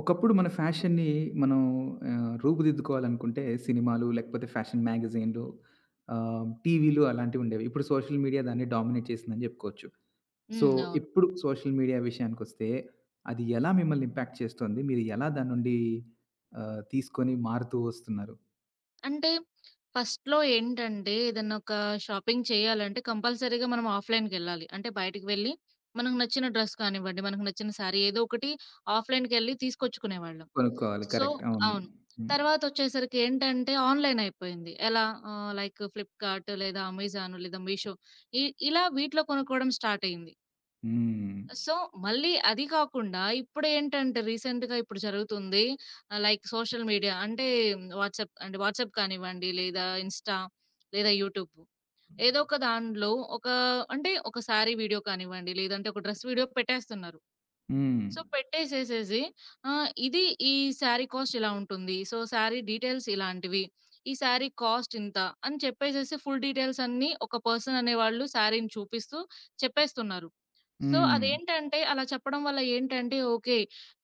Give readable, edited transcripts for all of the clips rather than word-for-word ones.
ఒకప్పుడు మన ఫ్యాషన్‌ని మనం రూపుదిద్దుకోవాలనుకుంటే సినిమాలు, లేకపోతే ఫ్యాషన్ మ్యాగజైన్‌లు, టీవీలు అలాంటివుండేవి. ఇప్పుడు సోషల్ మీడియా దాన్ని డామినేట్ చేసిందని జెప్పుకోవచ్చు. సో, హ్మ్. అవును. ఇప్పుడు సోషల్ మీడియా విషయానికొస్తే అది ఎలా మిమ్మల్ని ఇంపాక్ట్ చేస్తోంది? మీరు ఎలా దాని నుండి తీసుకొని మారుతూ వస్తున్నారు? అంటే ఫస్ట్‌లో ఏంటంటే ఏదన్నా ఒక షాపింగ్ చేయాలంటే కంపల్సరీగా మనం ఆఫ్‌లైన్‌కెళ్ళాలి. అంటే బయటికి వెళ్లి మనకు నచ్చిన డ్రెస్ కానివ్వండి, మనకు నచ్చిన సారీ ఏదో ఒకటి ఆఫ్‌లైన్‌కెళ్ళి తీసుకొచ్చుకునేవాళ్ళం. కొనుక్కోవాలి. So, correct. అవును. అవును. హ్మ్. తర్వాతొచ్చేసరికి ఏంటంటే ఆన్‌లైన్ అయిపోయింది. ఎలా లైక్ ఫ్లిప్‌కార్ట్ లేదా అమెజాన్ లేదా మీషో, ఇ ఇలా వీటిలో కొనుక్కోవడం స్టార్ట్ అయింది. హ్మ్. సో, మళ్ళీ అది కాకుండా ఇప్పుడేంటంటే రీసెంట్‌గా ఇప్పుడు జరుగుతుంది. లైక్ సోషల్ మీడియా అంటే వాట్సాప్ అంటే వాట్సాప్ కానివ్వండి, లేదా ఇన్‌స్టా, లేదా యూట్యూబ్. ఏదో ఒక దాంట్లో ఒక అంటే ఒకసారి వీడియో కానివ్వండి, లేదంటే ఒక డ్రెస్ వీడియో పెట్టేస్తున్నారు. హ్మ్. సో, పెట్టేసేసేసి ఇది ఈ శారీ కాస్ట్ ఇలా ఉంటుంది. సో, శారీ డీటెయిల్స్ ఇలాంటివి. ఈ శారీ కాస్ట్ ఇంత అని చెప్పేసేసి ఫుల్ డీటెయిల్స్ అన్నీ ఒక పర్సన్ అనేవాళ్ళు శారీని చూపిస్తూ చెప్పేస్తున్నారు. సో, హ్మ్. అదేంటంటే అలా చెప్పడం వల్ల ఏంటంటే ఓకే,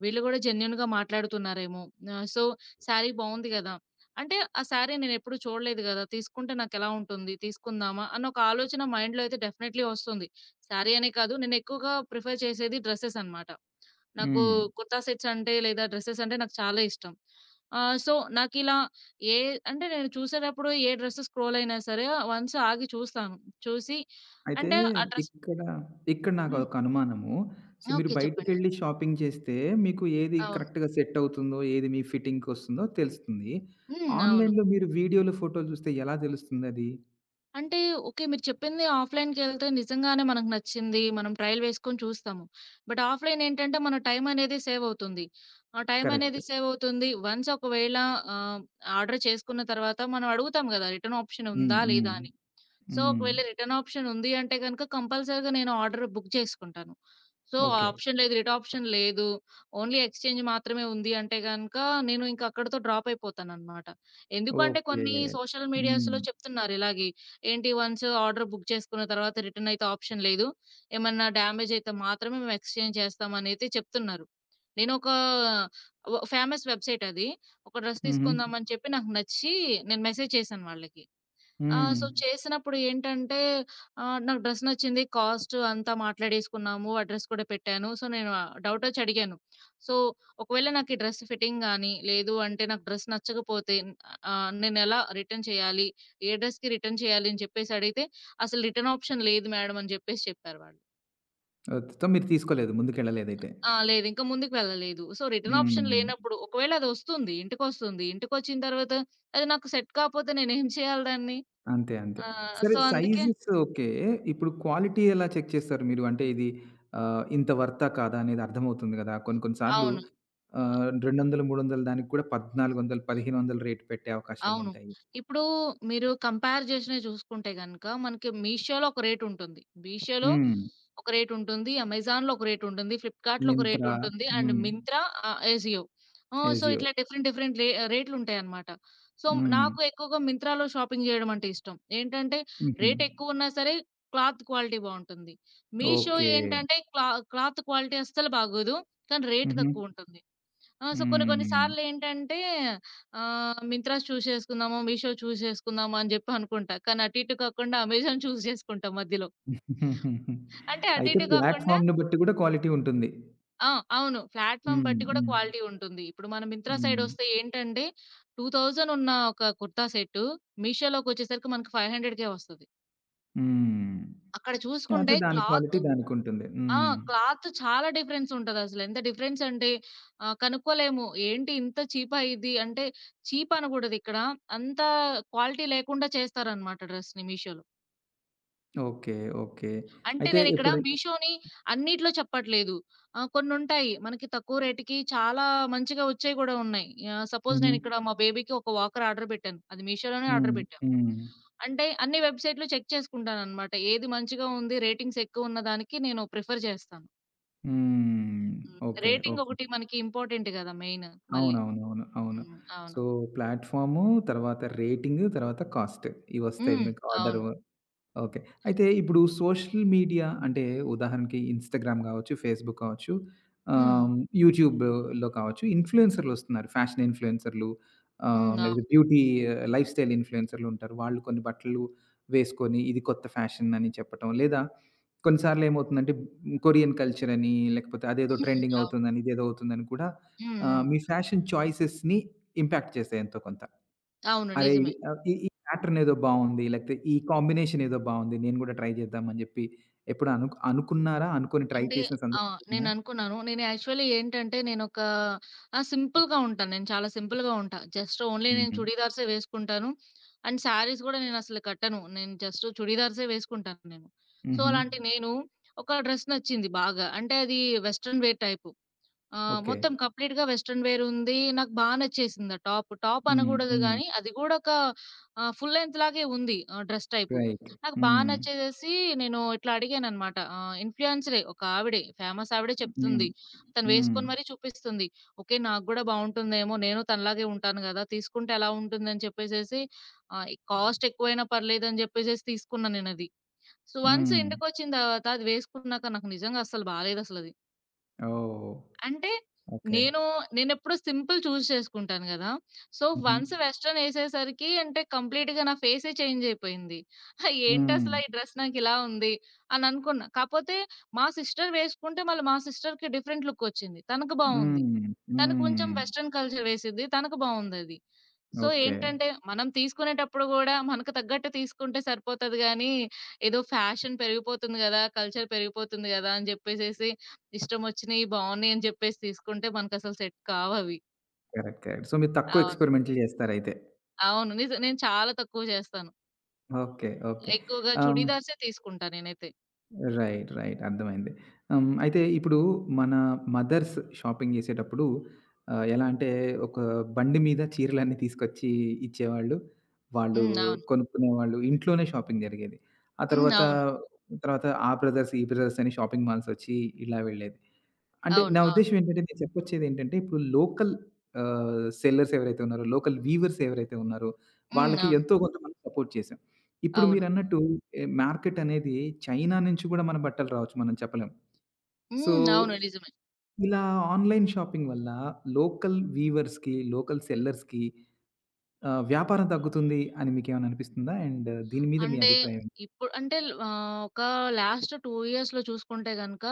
వీళ్ళు గూడా జెన్యూన్‌గా మాట్లాడుతున్నారేమో! సో, శారీ బావుంది గదా! అంటే ఆ శారీ నేనెప్పుడు చూడలేదు గదా! తీసుకుంటే నాకెలా ఉంటుంది? తీసుకుందామా? అన్న ఒక ఆలోచన మైండ్‌లో అయితే డెఫినైట్‌లీ వస్తుంది. శారీ అనే కాదు నేనెక్కువగా ప్రిఫర్ చేసేది డ్రెసెస్ అనమాట. నాకు హ్మ్. కుర్తా సెట్స్ అంటే లేదా డ్రెసెస్ అంటే నాకు చాలా ఇష్టం. సో, నాకిలా ఏ అంటే నేను చూసేటప్పుడు ఏ డ్రెస్ స్క్రోల్ అయినా సరే వన్స్ ఆగి చూస్తాను. చూసి అయితే అంటే ఆ డ్రెస్. ఇక్కడ, ఇక్కడ హ్మ్. నాకొక అనుమానము. సో, మీరు ఓకే, చెప్పండి. బయటికెళ్ళి షాపింగ్ చేస్తే మీకు ఏది అవును. కరెక్ట్‌గా సెట్ అవుతుందో, ఏది మీ ఫిట్టింగ్‌కొస్తుందో తెలుస్తుంది. హ్మ్. అవును. ఆన్‌లైన్‌లో మీరు వీడియోలు, ఫోటోలు చూస్తే ఎలా తెలుస్తుందది? అంటే ఓకే, మీరు చెప్పింది ఆఫ్‌లైన్‌కెళ్తే నిజంగానే మనకు నచ్చింది. మనం ట్రయల్ వేసుకొని చూస్తాము. బట్ ఆఫ్‌లైన్ ఏంటంటే మన టైం అనేది సేవ్ అవుతుంది. ఆ టైం కరెక్ట్. అనేది సేవ్ అవుతుంది. వన్స్ ఒకవేళ ఆహ్, ఆర్డర్ చేసుకున్న తర్వాత మనం అడుగుతాం గదా! రిటర్న్ ఆప్షన్ హ్మ్. ఉందా? హ్మ్. లేదా అని. సో, హ్మ్. ఒకవేళ రిటర్న్ ఆప్షన్ ఉంది అంటే గనుక కంపల్సరీగా నేను ఆర్డర్ బుక్ చేసుకుంటాను. సో, ఆ ఓకే. ఆప్షన్ లేదు, రిటర్న్ ఆప్షన్ లేదు. ఓన్లీ ఎక్స్‌చేంజ్ మాత్రమే ఉంది అంటే గనుక నేను ఇంక అక్కడితో డ్రాప్ అయిపోతాననమాట. ఎందుకు అంటే ఓకే. కొన్ని సోషల్ హ్మ్. మీడియాస్‌లో చెప్తున్నారు ఇలాగే. ఏంటి వన్స్ ఆర్డర్ బుక్ చేసుకున్న తర్వాత రిటర్న్ అయితే ఆప్షన్ లేదు. ఏమన్నా డ్యామేజ్ అయితే మాత్రమే మేము ఎక్స్‌చేంజ్ చేస్తామనైతే చెప్తున్నారు. నేను ఒక ఫేమస్ వెబ్‌సైట్ అది. ఒక డ్రెస్ హుహు. తీసుకుందామని చెప్పి నాకు నచ్చి నేను మెసేజ్ చేశాను వాళ్ళకి. ఆ! హ్మ్. సో, చేసినప్పుడు ఏంటంటే నాకు డ్రెస్ నచ్చింది. కాస్ట్ అంతా మాట్లాడేసుకున్నాము. అడ్రెస్ కూడా పెట్టాను. సో, నేను డౌటొచ్చి అడిగాను. సో, ఒకవేళ నాకు ఈ డ్రెస్ ఫిట్టింగ్ గాని, లేదు అంటే నాకు డ్రెస్ నచ్చకపోతే నేనెలా రిటర్న్ చేయాలి? ఏ డ్రెస్‌కి రిటర్న్ చేయాలి? అని చెప్పేసి అడిగితే, "అసలు రిటర్న్ ఆప్షన్ లేదు మేడం" అని చెప్పేసి చెప్పారు వాళ్ళు. ఓకే. సో, మీరు తీసుకోలేదు. ముందుకెళ్ళలేదైతే. ఆ! లేదు. ఇంకా ముందుకు వెళ్ళలేదు. సో, రిటర్న్ ఆప్షన్ హ్మ్. లేనప్పుడు ఒకవేళ అదొస్తుంది. ఇంటికొస్తుంది. ఇంటికొచ్చిన తర్వాత అది నాకు సెట్ కాపోతే నేనేం చేయాలి దాన్ని? అంతే. అంతే. ఆ! సరే సో, అందుకే సైజెస్ ఓకే. ఇప్పుడు క్వాలిటీ ఎలా చెక్ చేస్తారు మీరు? అంటే ఇది ఇంత వర్తా కాదా అనేది అర్థమవుతుంది గదా! కొన్ని కొన్ని సార్లు అవును. 200, 300 దానికి కూడా 1400, 1500 రేట్ పెట్టే అవును. అవకాశాలుంటాయి. ఇప్పుడు మీరు కంపేర్ చేసినవి చూసుకుంటే గనక మనకి మీషోలో ఒక రేట్ ఉంటుంది. మీషోలో హ్మ్. ఒక రేట్ ఉంటుంది. అమెజాన్‌లో ఒక రేట్ ఉంటుంది. ఫ్లిప్‌కార్ట్‌లో ఒక రేట్ మింత్రా. ఉంటుంది. అండ్ హ్మ్. మింత్రా, ఎజియో. సో, ఎజియో. ఇట్లా డిఫరెంట్ డిఫరెంట్ రేట్లుంటాయన్నమాట. సో, హ్మ్. నాకు ఎక్కువగా మింత్రాలో షాపింగ్ చేయడం అంటే ఇష్టం. ఏంటంటే హుహు. రేట్ ఎక్కువున్నా సరే క్లాత్ క్వాలిటీ బావుంటుంది. మీషో ఓకే. ఏంటంటే క్లాత్ క్వాలిటీ అస్సలు బాగోదు. కానీ రేట్ హుహు. తక్కువుంటుంది. ఆ! సో, కొన్ని కొన్ని హ్మ్. సార్లేంటంటే మింత్రా చూజ్ చేసుకుందాము, మీషో చూజ్ చేసుకుందాము అని జెప్పి అనుకుంటా. కానీ అటు ఇటు కాకుండా అమెజాన్ చూజ్ చేసుకుంటా మధ్యలో. అంటే అటు అయితే ఇటు కాకుండా ప్లాట్‌ఫార్మ్‌ని బట్టి గూడా క్వాలిటీ ఉంటుంది. ఆ! అవును. ప్లాట్‌ఫార్మ్ హ్మ్. బట్టి కూడా హ్మ్. క్వాలిటీ ఉంటుంది. ఇప్పుడు మనం మింత్రా హ్మ్. సైడొస్తే ఏంటంటే 2000 ఉన్న ఒక కుర్తా సెట్టు మీషోలోకొచ్చేసరికి మనకు 500కే వస్తది. హ్మ్. అక్కడ అదే చూసుకుంటే దాని క్లాత్ క్వాలిటీ దానికుంటుంది. ఆ! హ్మ్. క్లాత్ చాలా డిఫరెన్స్ ఉంటదసలు. ఎంత డిఫరెన్స్ అంటే కనుక్కోలేము. ఏంటి ఇంత చీపా ఇది అంటే చీప్ అనకూడదు ఇక్కడ. అంత క్వాలిటీ లేకుండా చేస్తారనమాట డ్రెస్‌ని మీషోలో. ఓకే. ఓకే. అంటే అయితే నేనిక్కడ ఇప్పుడు మీషోని అన్నిట్లో చెప్పట్లేదు. కొన్నుంటాయి మనకి తక్కువ రేట్‌కి చాలా మంచిగా వచ్చేయి కూడా ఉన్నాయి. సపోజ్ హుహు. నేనిక్కడ మా బేబీకి ఒక వాకర్ ఆర్డర్ పెట్టాను. అది మీషోలోనే ఆర్డర్ హ్మ్. పెట్టా. హ్మ్. అంటే అన్ని వెబ్‌సైట్‌లు చెక్ చేసుకుంటాననమాట. ఏది మంచిగా ఉంది రేటింగ్స్ ఎక్కువ ఉన్న దానికి నేను ప్రిఫర్ చేస్తాను. హ్మ్. హ్మ్. ఓకే. Rating okay. ఒకటి మనకి ఇంపార్టెంట్ గదా! మెయిన్ మళ్ళీ. అవునవునవును. అవును. హ్మ్. అవును. సో, ప్లాట్‌ఫాము, తర్వాత రేటింగు, తర్వాత కాస్ట్. ఇవొస్తాయి హ్మ్. మీకు ఆర్డరు అవును. ఓకే. అయితే ఇప్పుడు సోషల్ మీడియా అంటే ఉదాహరణకి ఇన్‌స్టాగ్రామ్ గావచ్చు, ఫేస్‌బుక్ కావచ్చు, హ్మ్. ఆహ్, యూట్యూబ్‌లో కావచ్చు ఇన్‌ఫ్లుయెన్సర్‌లొస్తున్నారు. ఫ్యాషన్ ఇన్‌ఫ్లుయెన్సర్‌లు హ్మ్. అవును. లేకపోతే బ్యూటీ లైఫ్ స్టైల్ ఇన్‌ఫ్లుయెన్సర్‌లుంటారు. వాళ్ళు కొన్ని బట్టలు వేసుకొని ఇది కొత్త ఫ్యాషన్ అని చెప్పటం. లేదా కొన్నిసార్లు ఏమవుతుందంటే కొరియన్ కల్చర్ అని లేకపోతే అదేదో హ్మ్. ట్రెండింగ్ అవును. అవుతుందని, ఇదేదో అవుతుందని కూడా హ్మ్. హ్మ్. మీ ఫ్యాషన్ చాయిసెస్‌ని ఇంపాక్ట్ చేస్తాయి ఎంతో కొంత. అవును. అరే! ఇది నిజమే. ఈ ప్యాటర్న్ ఏదో బావుంది. లేకపోతే ఈ కాంబినేషన్ ఏదో బావుంది. నేను గూడా ట్రై చేద్దామని జెప్పి ఎప్పుడు అనుకున్నారా? అనుకోని ట్రై అంటే చేసిన ఆ! సందర్భాలున్నాయా? నేననుకున్నాను. నేను యాక్చువల్లీ ఏంటంటే నేనొక సింపుల్‌గా ఉంటాను. నేను చాలా సింపుల్‌గా ఉంటా. జస్ట్ ఓన్లీ నేను హుహు. చుడీదార్సే వేసుకుంటాను. అండ్ శారీస్ గూడా నేనసలు కట్టను. నేను జస్ట్ చుడీదార్సే వేసుకుంటాను నేను. సో, హుహు. అలాంటి నేను ఒక డ్రెస్ నచ్చింది బాగా. అంటే అది వెస్టర్న్ వేర్ టైపు. ఆ! ఓకే. మొత్తం కంప్లీట్‌గా వెస్టర్న్ వేర్ ఉంది. నాకు బా నచ్చేసింది ఆ టాప్. టాప్ హ్మ్. అనగూడదు హ్మ్. గానీ, అది గూడా ఒక ఫుల్ లెంగ్త్ లాగే ఉంది, డ్రెస్ టైపు. రైట్. నాకు బా హ్మ్. నచ్చేసేసి నేను ఇట్లా అడిగాననమాట. ఇన్‌ఫ్లుయెన్సరే ఒక ఆవిడే, ఫేమస్ ఆవిడే హ్మ్. చెప్తుంది. తను హ్మ్. వేసుకొని మరీ చూపిస్తుంది. ఓకే, నాకు గూడా బావుంటుందేమో, నేను తనలాగే ఉంటాను గదా! తీసుకుంటే ఎలా ఉంటుందని చెప్పేసేసి కాస్ట్ ఎక్కువైనా పర్లేదని జెప్పేసేసి తీసుకున్నా నేనది. సో, వన్స్ హ్మ్. ఇంటికొచ్చిన తర్వాత అది వేసుకున్నాక నాకు నిజంగా అస్సలు బాలేదసలది. ఓహ్! అంటే ఓకే. నేను నేనెప్పుడూ సింపుల్ చూజ్ చేసుకుంటాను గదా! సో, హుహు. వన్స్ వెస్టర్న్ ఎసేసరికి అంటే కంప్లీట్‌గా నా ఫేసే చేంజ్ అయిపోయింది. హ్మ్. ఏంటసలా ఈ డ్రెస్ నాకిలా ఉంది అని అనుకున్నా. కాపోతే మా సిస్టర్ వేసుకుంటే మళ్ళీ మా సిస్టర్‌కి డిఫరెంట్ లుక్ వచ్చింది. తనకు బావుంది. హ్మ్. తను కొంచెం హ్మ్. వెస్టర్న్ కల్చర్ వేసిద్ది. తనకు బావుందది. So, okay. ఏంటంటే మనం తీసుకునేటప్పుడు గూడా మనకు తగ్గట్టు తీసుకుంటే సరిపోతది గానీ, ఏదో ఫ్యాషన్ పెరిగిపోతుంది గదా! కల్చర్ పెరిగిపోతుంది గదా! అని జెప్పేసేసి ఇష్టమొచ్చినియి బావున్నాయి అని జెప్పేసి తీసుకుంటే మనకసలు సెట్ కావవి. కరెక్ట్. కరెక్ట్. సో, మీరు తక్కువ అవును. ఎక్స్పెరిమెంట్లు జేస్తారయితే. అవును. నిజం. నేను చాలా తక్కువ జేస్తాను. ఓకే. ఓకే. ఎక్కువగా ఆహ్ చుడీదార్సే తీసుకుంటా నేనైతే. రైట్. రైట్. అర్థమైంది. హ్మ్. అయితే ఇప్పుడు మన మదర్స్ షాపింగ్ జేసేటప్పుడు ఎలా అంటే ఒక బండి మీద చీరలన్నీ తీసుకొచ్చి ఇచ్చేవాళ్ళు. వాళ్ళు హ్మ్. అవును. కొనుక్కునేవాళ్ళు. ఇంట్లోనే షాపింగ్ జరిగేది. ఆ హ్మ్. తర్వాత, అవును. తర్వాత ఆ బ్రదర్స్, ఈ బ్రదర్స్ అని షాపింగ్ మాల్స్ ఒచ్చి ఇలా వెళ్ళేది. అంటే నా అవును. అవును. ఉద్దేశ్యం ఏంటంటే, నేను చెప్పొచ్చేది ఏంటంటే, ఇప్పుడు లోకల్ సెల్లర్స్ ఎవరైతే ఉన్నారో, లోకల్ వీవర్స్ ఎవరైతే ఉన్నారో, హ్మ్. వాళ్ళకి అవును. ఎంతో కొంత మనం సపోర్ట్ చేసాం. ఇప్పుడు అవును. మీరన్నట్టు ఎ మార్కెట్ అనేది చైనా నుంచి గూడా మన బట్టలు రావచ్చు మనం చెప్పలేం. సో, హ్మ్. అవును. నిజమే. ఇలా ఆన్‌లైన్ షాపింగ్ వల్ల లోకల్ వీవర్స్‌కి, లోకల్ సెల్లర్స్‌కి వ్యాపారం తగ్గుతుంది అని మీకేమైనా అనిపిస్తుందా? అండ్ దీని మీద మీ అంటే అభిప్రాయం ఏంటి? ఇప్పుడు అంటే ఒక లాస్ట్ 2 ఇయర్స్‌లో చూసుకుంటే గనక,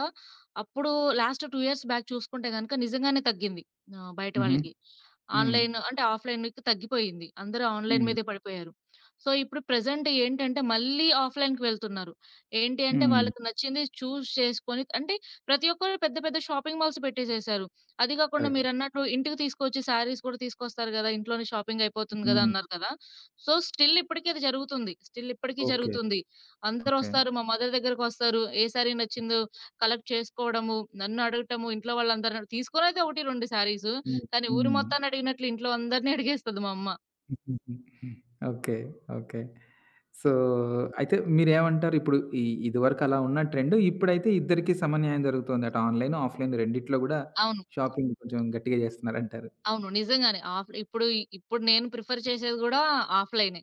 అప్పుడు లాస్ట్ 2 ఇయర్స్ బ్యాక్ చూసుకుంటే గనక నిజంగానే తగ్గింది. బయట హుహు. వాళ్ళకి. హ్మ్. ఆన్‌లైన్ అంటే ఆఫ్‌లైన్‌కి తగ్గిపోయింది. అందరూ ఆన్‌లైన్ హ్మ్. మీదే పడిపోయారు. సో, ఇప్పుడు ప్రెజెంట్ ఏంటంటే మళ్ళీ ఆఫ్‌లైన్‌కి వెళ్తున్నారు. ఏంటి అంటే హ్మ్. వాళ్ళకి నచ్చింది చూజ్ చేసుకొని అంటే ప్రతి ఒక్కరు పెద్ద పెద్ద షాపింగ్ మాల్స్ పెట్టేసేశారు. అది కాకుండా కరెక్ట్. మీరన్నట్లు ఇంటికి తీసుకొచ్చి శారీస్ కూడా తీసుకొస్తారు గదా! ఇంట్లోనే షాపింగ్ అయిపోతుంది గదా! హ్మ్. అన్నారు కదా! సో, స్టిల్ ఇప్పటికి అది జరుగుతుంది. స్టిల్ ఇప్పటికి ఓకే. జరుగుతుంది. ఓకే. అందరొస్తారు. మా మదర్ దగ్గరకొస్తారు. ఏ శారీ నచ్చిందో కలెక్ట్ చేసుకోవడము, నన్ను అడగటము, ఇంట్లో వాళ్ళందరూ తీసుకొనైతే 1, 2 శారీసు. హ్మ్. కానీ ఊరు హ్మ్. మొత్తాన్ని అడిగినట్లు ఇంట్లో అందరిని అడిగేస్తది మా అమ్మ. ఓకే. ఓకే. సో, అయితే మీరేమంటారు? ఇప్పుడు ఇదివరకు అలా ఉన్న ట్రెండ్ ఇప్పుడైతే ఇద్దరికీ సమన్యాయం జరుగుతోంది. అటు ఆన్‌లైన్, ఆఫ్‌లైన్ రెండిట్లో గూడా అవును. షాపింగ్ కొంచెం గట్టిగా జేస్తున్నారంటారు. అవును. నిజంగానే. ఇప్పుడు ఇప్పుడు నేను ప్రిఫర్ చేసేది గూడా ఆఫ్‌లైనే.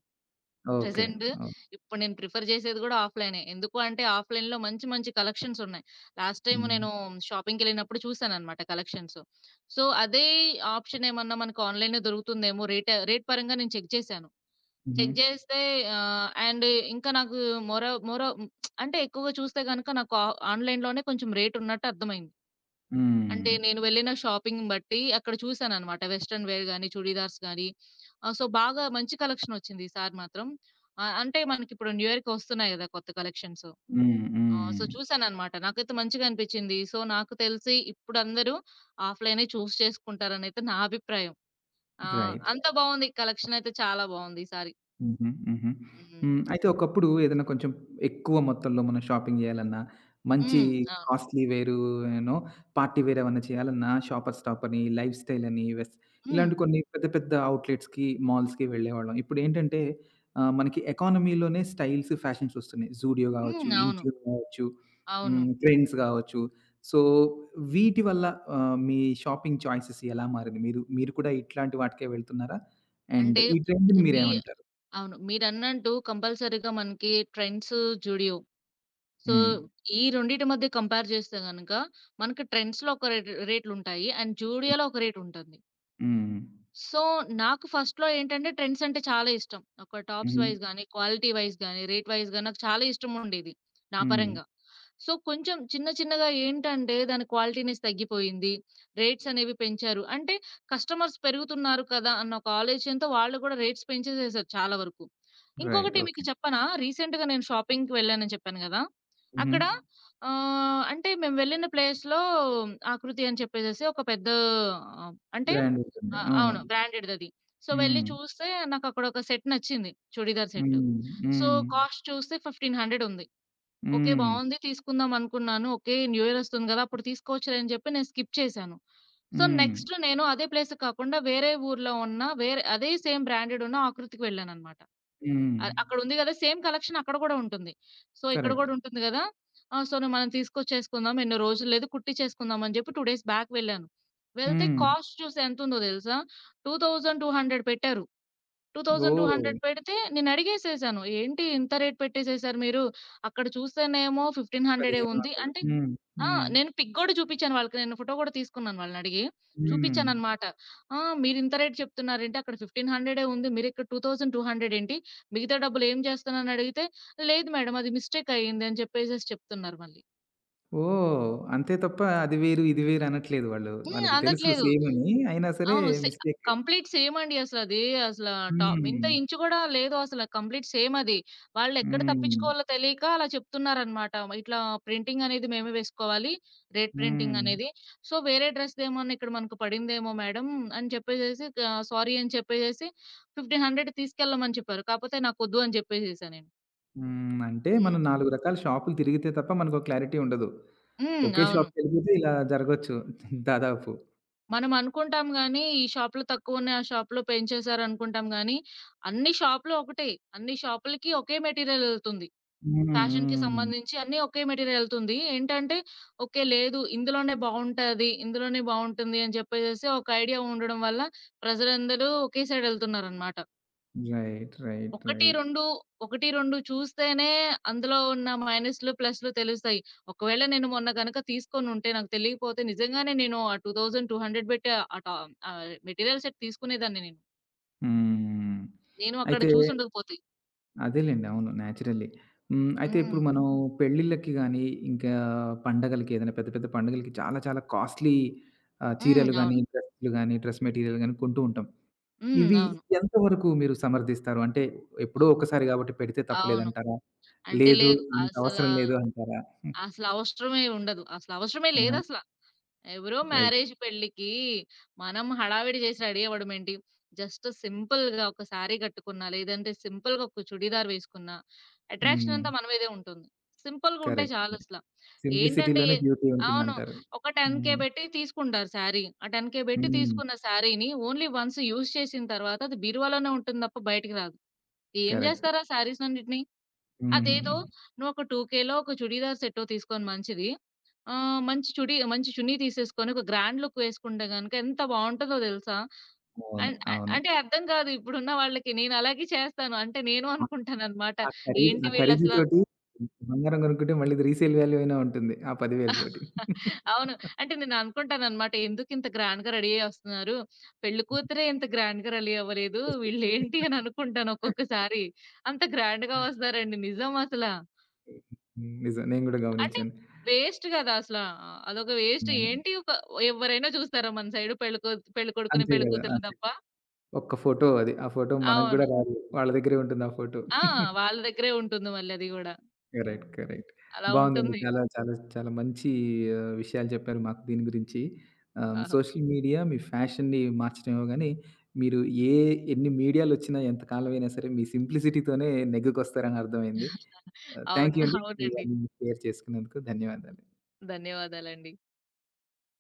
ఓకే. Present okay. ఇప్పుడు నేను ప్రిఫర్ చేసేది గూడా ఆఫ్‌లైనే. ఎందుకు అంటే ఆఫ్‌లైన్‌లో మంచి మంచి కలెక్షన్స్ ఉన్నాయి. లాస్ట్ టైమ్ హ్మ్. నేను షాపింగ్‌కెళ్ళినప్పుడు చూసానన్నమాట కలెక్షన్స్. సో, అదే ఆప్షన్ ఏమన్నా మనకు ఆన్‌లైన్‌లో దొరుకుతుందేమో రేట్ రేట్ పరంగా నేను చెక్ చేశాను. హుహు. చెక్ చేస్తే అండ్ ఇంకా నాకు మోరో మోరో అంటే ఎక్కువగా చూస్తే గనుక నాకు ఆ ఆన్‌లైన్‌లోనే కొంచెం రేట్ ఉన్నట్టు అర్థమైంది. హ్మ్. అంటే నేను వెళ్ళిన షాపింగ్ బట్టి అక్కడ చూసాననమాట. వెస్టర్న్ వేర్ గాని, చుడీదార్స్ గాని సో, బాగా మంచి కలెక్షనొచ్చింది ఈసారి మాత్రం. అంటే మనకిప్పుడు న్యూ ఇయర్‌కి వస్తున్నాయి గదా! కొత్త కలెక్షన్స్. హ్మ్. సో, హ్మ్. చూసాననమాట. నాకైతే మంచిగా అనిపిచ్చింది. సో, నాకు తెలిసి ఇప్పుడందరూ ఆఫ్‌లైనే చూస్ చేసుకుంటారనైతే నా అభిప్రాయం. ఆ! రైట్. అంతా బావుంది. కలెక్షనయితే చాలా బావుంది ఈసారి. హుహు. హుహు. హ్మ్. హ్మ్. అయితే ఒకప్పుడు ఏదైనా కొంచెం ఎక్కువ మొత్తంలో మనం షాపింగ్ జేయాలన్నా, మంచి హ్మ్. అవును. కాస్ట్‌లీ వేరు యూనో పార్టీ వేర్ ఏమన్నా చేయాలన్నా షాపర్ స్టాప్ అని, లైఫ్ స్టైల్ అని, హ్మ్. ఇలాంటి కొన్ని పెద్ద పెద్ద అవుట్‌లెట్స్‌కి, మాల్స్‌కి వెళ్ళేవాళ్ళం. ఇప్పుడేంటంటే మనకి ఎకానమీలోనే స్టైల్స్, ఫ్యాషన్స్ ఒస్తున్నాయి. జూడియో గావచ్చు, హ్మ్. అవును. ఇన్‌ట్యూన్ గావచ్చు, హ్మ్. అవును. ట్రెండ్స్ గావచ్చు. సో, వీటి వల్ల మీ షాపింగ్ చాయిసెస్ ఎలా మారింది? మీరు మీరు కూడా ఇట్లాంటి వాటికే వెళ్తున్నారా? అండ్ అంటే ఈ ట్రెండ్‌ని మీ మీరేమంటారు? అవును. మీరన్నట్టు కంపల్సరీగా మనకి ట్రెండ్స్ జూడియో సో, హ్మ్. ఈ రెండిటి మధ్య కంపేర్ చేస్తే గనక మనకి ట్రెండ్స్‌లో ఒక రేట్లుంటాయి. అండ్ జూడియోలో ఒక రేటుంటుంది. హ్మ్. సో, నాకు ఫస్ట్‌లో ఏంటంటే ట్రెండ్స్ అంటే చాలా ఇష్టం. ఒక టాప్స్ హుహు. వైస్ గాని, క్వాలిటీ వైస్ గాని, రేట్ వైస్ గాని నాకు చాలా ఇష్టముండేది నా హ్మ్. పరంగా. సో, కొంచెం చిన్న చిన్నగా ఏంటంటే దాని క్వాలిటీనెస్ తగ్గిపోయింది. రేట్స్ అనేవి పెంచారు. అంటే కస్టమర్స్ పెరుగుతున్నారు కదా! అన్న ఒక ఆలోచనతో వాళ్ళు కూడా రేట్స్ పెంచేసేసారు చాలా వరకు. రైట్. ఇంకొకటి ఓకే. మీకు చెప్పనా? రీసెంట్‌గా నేను షాపింగ్‌కి వెళ్ళానని చెప్పాను గదా! హుహు. అక్కడ అంటే మేము వెళ్ళిన ప్లేస్‌లో 'ఆకృతి' అని చెప్పేసేసి ఒక పెద్ద అంటే బ్రాండ్ ఉంటుంది. ఆ! అవును. అవును. బ్రాండెడ్‌దది. సో, వెళ్లి హ్మ్. చూస్తే నాకక్కడొక సెట్ నచ్చింది. చుడీదార్ సెట్. హ్మ్. సో, హ్మ్. కాస్ట్ చూస్తే 1500 ఉంది. ఓకే, హ్మ్. బావుంది. తీసుకుందాం అనుకున్నాను. ఓకే, న్యూ ఇయర్ ఒస్తుంది గదా! అప్పుడు తీసుకోవచ్చులే అని చెప్పి నేను స్కిప్ చేశాను. సో, హ్మ్. నెక్స్ట్ నేను అదే ప్లేస్‌కి కాకుండా వేరే ఊర్లో ఉన్న వేరే అదే సేమ్ బ్రాండెడ్ ఉన్న ఆకృతికి వెళ్ళానన్నమాట. హ్మ్. అక్కడుంది గదా! సేమ్ కలెక్షన్ అక్కడ గూడా ఉంటుంది. సో, ఇక్కడ కరెక్ట్. గూడా ఉంటుంది గదా! ఆ! సో, మనం తీసుకొచ్చేసుకుందాం. ఎన్నో రోజులు లేదు కుట్టిచ్చేసుకుందాం అని జెప్పి 2 డేస్ బ్యాక్ వెళ్ళాను. వెళ్తే హ్మ్. కాస్ట్ చూసి ఎంతుందో దెలుసా? 2200 పెట్టారు. ఓహ్! 2200 పెడితే నేనడిగేసేసాను. "ఏంటి ఇంత రేట్ పెట్టేసేసారు మీరు? అక్కడ చూస్తేనేమో 1500 ఉంది." 1500 అంటే హ్మ్. ఆ! హ్మ్. నేను పిక్ గూడా చూపిచ్చాను వాళ్ళకి. నేను ఫోటో గూడా తీసుకున్నాను వాళ్ళనడిగి. హ్మ్. హ్మ్. చూపిచ్చాననమాట. "ఆ! మీరింత రేట్ చెప్తున్నారేంటి? అక్కడ 1500 ఉంది. మీరిక్కడ 2200 ఏంటి? మిగతా డబ్బులు ఏం చేస్తున్నానని అడిగితే, లేదు మేడం అది మిస్టేక్ అయింది" అని చెప్పేసేసి చెప్తున్నారు మళ్ళీ. ఓహ్! అంతే తప్ప అది వేరు, ఇది వేరు అనట్లేదు వాళ్ళు. హ్మ్. వాళ్ళకి తెలుసు అనట్లేదు. సేమ్ అని. అయినా సరే అవును. మిస్టేక్. కంప్లీట్ సేమ్ అండి అసలది. అసల టాప్ హ్మ్. ఇంత ఇంచు గూడా లేదు అసల. కంప్లీట్ సేమ్ అది. వాళ్ళెక్కడ హ్మ్. తప్పించుకోవాలో తెలియక అలా చెప్తున్నారనమాట. ఇట్లా ప్రింటింగ్ అనేది మేమే వేసుకోవాలి. రేట్ ప్రింటింగ్ హ్మ్. అనేది. సో, వేరే డ్రెస్‌దేమన్నా ఇక్కడ మనకు పడిందేమో మేడం అని చెప్పేసేసి సారీ అని చెప్పేసేసి 1500 తీసుకెళ్ళమని చెప్పారు. కాపోతే నాకొద్దు అని చెప్పేసేసా నేను. హ్మ్. అంటే హ్మ్. మనం 4 రకాల షాపులు తిరిగితే తప్ప మనకో క్లారిటీ ఉండదు. హ్మ్. ఒకే అవును. షాప్‌కెళ్ళిపోతే ఇలా జరగొచ్చు దాదాపు. మనం అనుకుంటాం గానీ, ఈ షాప్‌లో తక్కువున్నాయి, ఆ షాప్‌లో పెంచేశారనుకుంటాం గానీ, అన్ని షాప్‌లు ఒకటే. అన్ని షాపులకి ఒకే మెటీరియలెళ్తుంది. హ్మ్. ఫ్యాషన్‌కి హ్మ్. సంబంధించి అన్నీ ఒకే మెటీరియలెళ్తుంది. ఏంటంటే, ఓకే, లేదు ఇందులోనే బావుంటది, ఇందులోనే బావుంటుంది అని చెప్పేసేసి ఒక ఐడియా ఉండడం వల్ల ప్రజలందరూ ఒకే సైడెళ్తున్నారనమాట. రైట్. రైట్. 1, రైట్. 2 1, 2 చూస్తేనే అందులో ఉన్న మైనస్‌లు, ప్లస్‌లు తెలుస్తాయి. ఒకవేళ నేను మొన్న గనక తీసుకొనుంటే నాకు తెలియకపోతే నిజంగానే నేను ఆ 2200 బెట్టి అట మెటీరియల్ సెట్ తీసుకునేదాన్ని నేను. హ్మ్. నేను అక్కడ అయితే చూసుండకపోతే. అదేలెండి. అవును. నేచురల్లీ. హ్మ్. అయితే ఇప్పుడు హ్మ్. మనం పెళ్ళిళ్ళకి గానీ, ఇంకా పండగలకి ఏదైనా పెద్ద పెద్ద పండగలకి చాలా చాలా కాస్ట్‌లీ హ్మ్. చీరలు గానీ, అవును. డ్రెస్‌లు గానీ, డ్రెస్ మెటీరియల్ గానీ కొంటూ ఉంటాం. హ్మ్. ఇవి అవును. ఎంతవరకు మీరు సమర్థిస్తారు? అంటే ఎప్పుడో ఒకసారి గాబట్టి పెడితే అవును. తప్పులేదంటారా? అంటే లేదు లేదు. అంత అవసరం లేదు అంటారా? హ్మ్. అసలవసరమే ఉండదు. అసలవసరమే ఆ! లేదసల. ఎవరో రైట్. మ్యారేజ్, పెళ్ళికి మనం హడావిడి చేసి రెడీ అవ్వడమేంటి? జస్ట్ సింపుల్‌గా ఒక శారీ కట్టుకున్నా, లేదంటే సింపుల్‌గా ఒక చుడీదార్ వేసుకున్నా, అట్రాక్షన్ హ్మ్. అంతా మన మీదే ఉంటుంది. సింపుల్‌గా ఉంటే కరెక్ట్. చాలసల. ఏంటంటే సింప్లిసిటీలోనే బ్యూటీ అవును. ఉంటుందంటారు. ఒక 10,000 హ్మ్. పెట్టి తీసుకుంటారు శారీ. ఆ 10,000 పెట్టి హ్మ్. తీసుకున్న శారీని ఓన్లీ వన్స్ యూజ్ చేసిన తర్వాత అది బీరువాలోనే ఉంటుంది తప్ప బయటికి రాదు. ఏం కరెక్ట్. చేస్తారు ఆ శారీస్ అన్నిటిని? హుహుహు. అదేదో నువ్వొక 2,000లో ఒక చుడీదార్ సెట్టో తీసుకొని మంచిది. మంచి చుడి మంచి చున్నీ తీసేసుకొని ఒక గ్రాండ్ లుక్ వేసుకుంటే గనక ఎంత బావుంటదో తెలుసా? అవును. అన్ అ అవును. అంటే అర్థం కాదు ఇప్పుడున్న వాళ్ళకి. నేను అలాగే చేస్తాను. అంటే నేను ఆ అనుకుంటాననమాట. ఆ ఖరీదు ఏంటి ఆ వీళ్ళసల ఖరీదుతోటి బంగారం కొనుక్కుంటే మళ్ళీ ఇది రీసేల్ వాల్యూ అయినా ఉంటుంది. ఆ 10,000 తోటి. అవును. అంటే నేను అనుకుంటాననమాట. ఎందుకింత గ్రాండ్‌గా రెడీ అయ్యి వస్తున్నారు? పెళ్లి కూతురే ఇంత గ్రాండ్‌గా రెడీ అవ్వలేదు. వీళ్ళేంటి అని అనుకుంటాను ఒక్కొక్కసారి. అంత గ్రాండ్‌గా వస్తారండి నిజం అసల. నిజం. నేను గూడా అంటే గమనించాను. వేస్ట్ గదా! అసలా. అదొక వేస్ట్. అవును. ఏంటి ఒక ఎవ్వరైనా చూస్తారా మన సైడు పెళ్ళికొడుకుని, అంతే గదా! పెళ్ళికూతురుని అంతే. తప్ప? ఒక్క ఫోటో అది. ఆ ఫోటో మనకు గూడా అవును. రాదు. వాళ్ళ దగ్గరే ఉంటుంది ఆ ఫోటో. ఆ! వాళ్ళ దగ్గరే ఉంటుంది మళ్ళీ అది గూడా. కరెక్ట్. హ్మ్. కరెక్ట్. అలా బావుందండి. ఉంటుంది. చాలా చాలా చాలా మంచి విషయాలు చెప్పారు మాకు దీని గురించి. పాపం. సోషల్ మీడియా మీ ఫ్యాషన్‌ని మార్చడమేమో గానీ, మీరు ఏ ఎన్ని మీడియాలొచ్చినా, ఎంత కాలమైనా సరే మీ సింప్లిసిటీతోనే నెగ్గుకొస్తారని అర్థమైంది. థాంక్ అవును. యూ అండి. అవునండి. ఇవన్నీ షేర్ చేసుకున్నందుకు ధన్యవాదాలు. ధన్యవాదాలండి.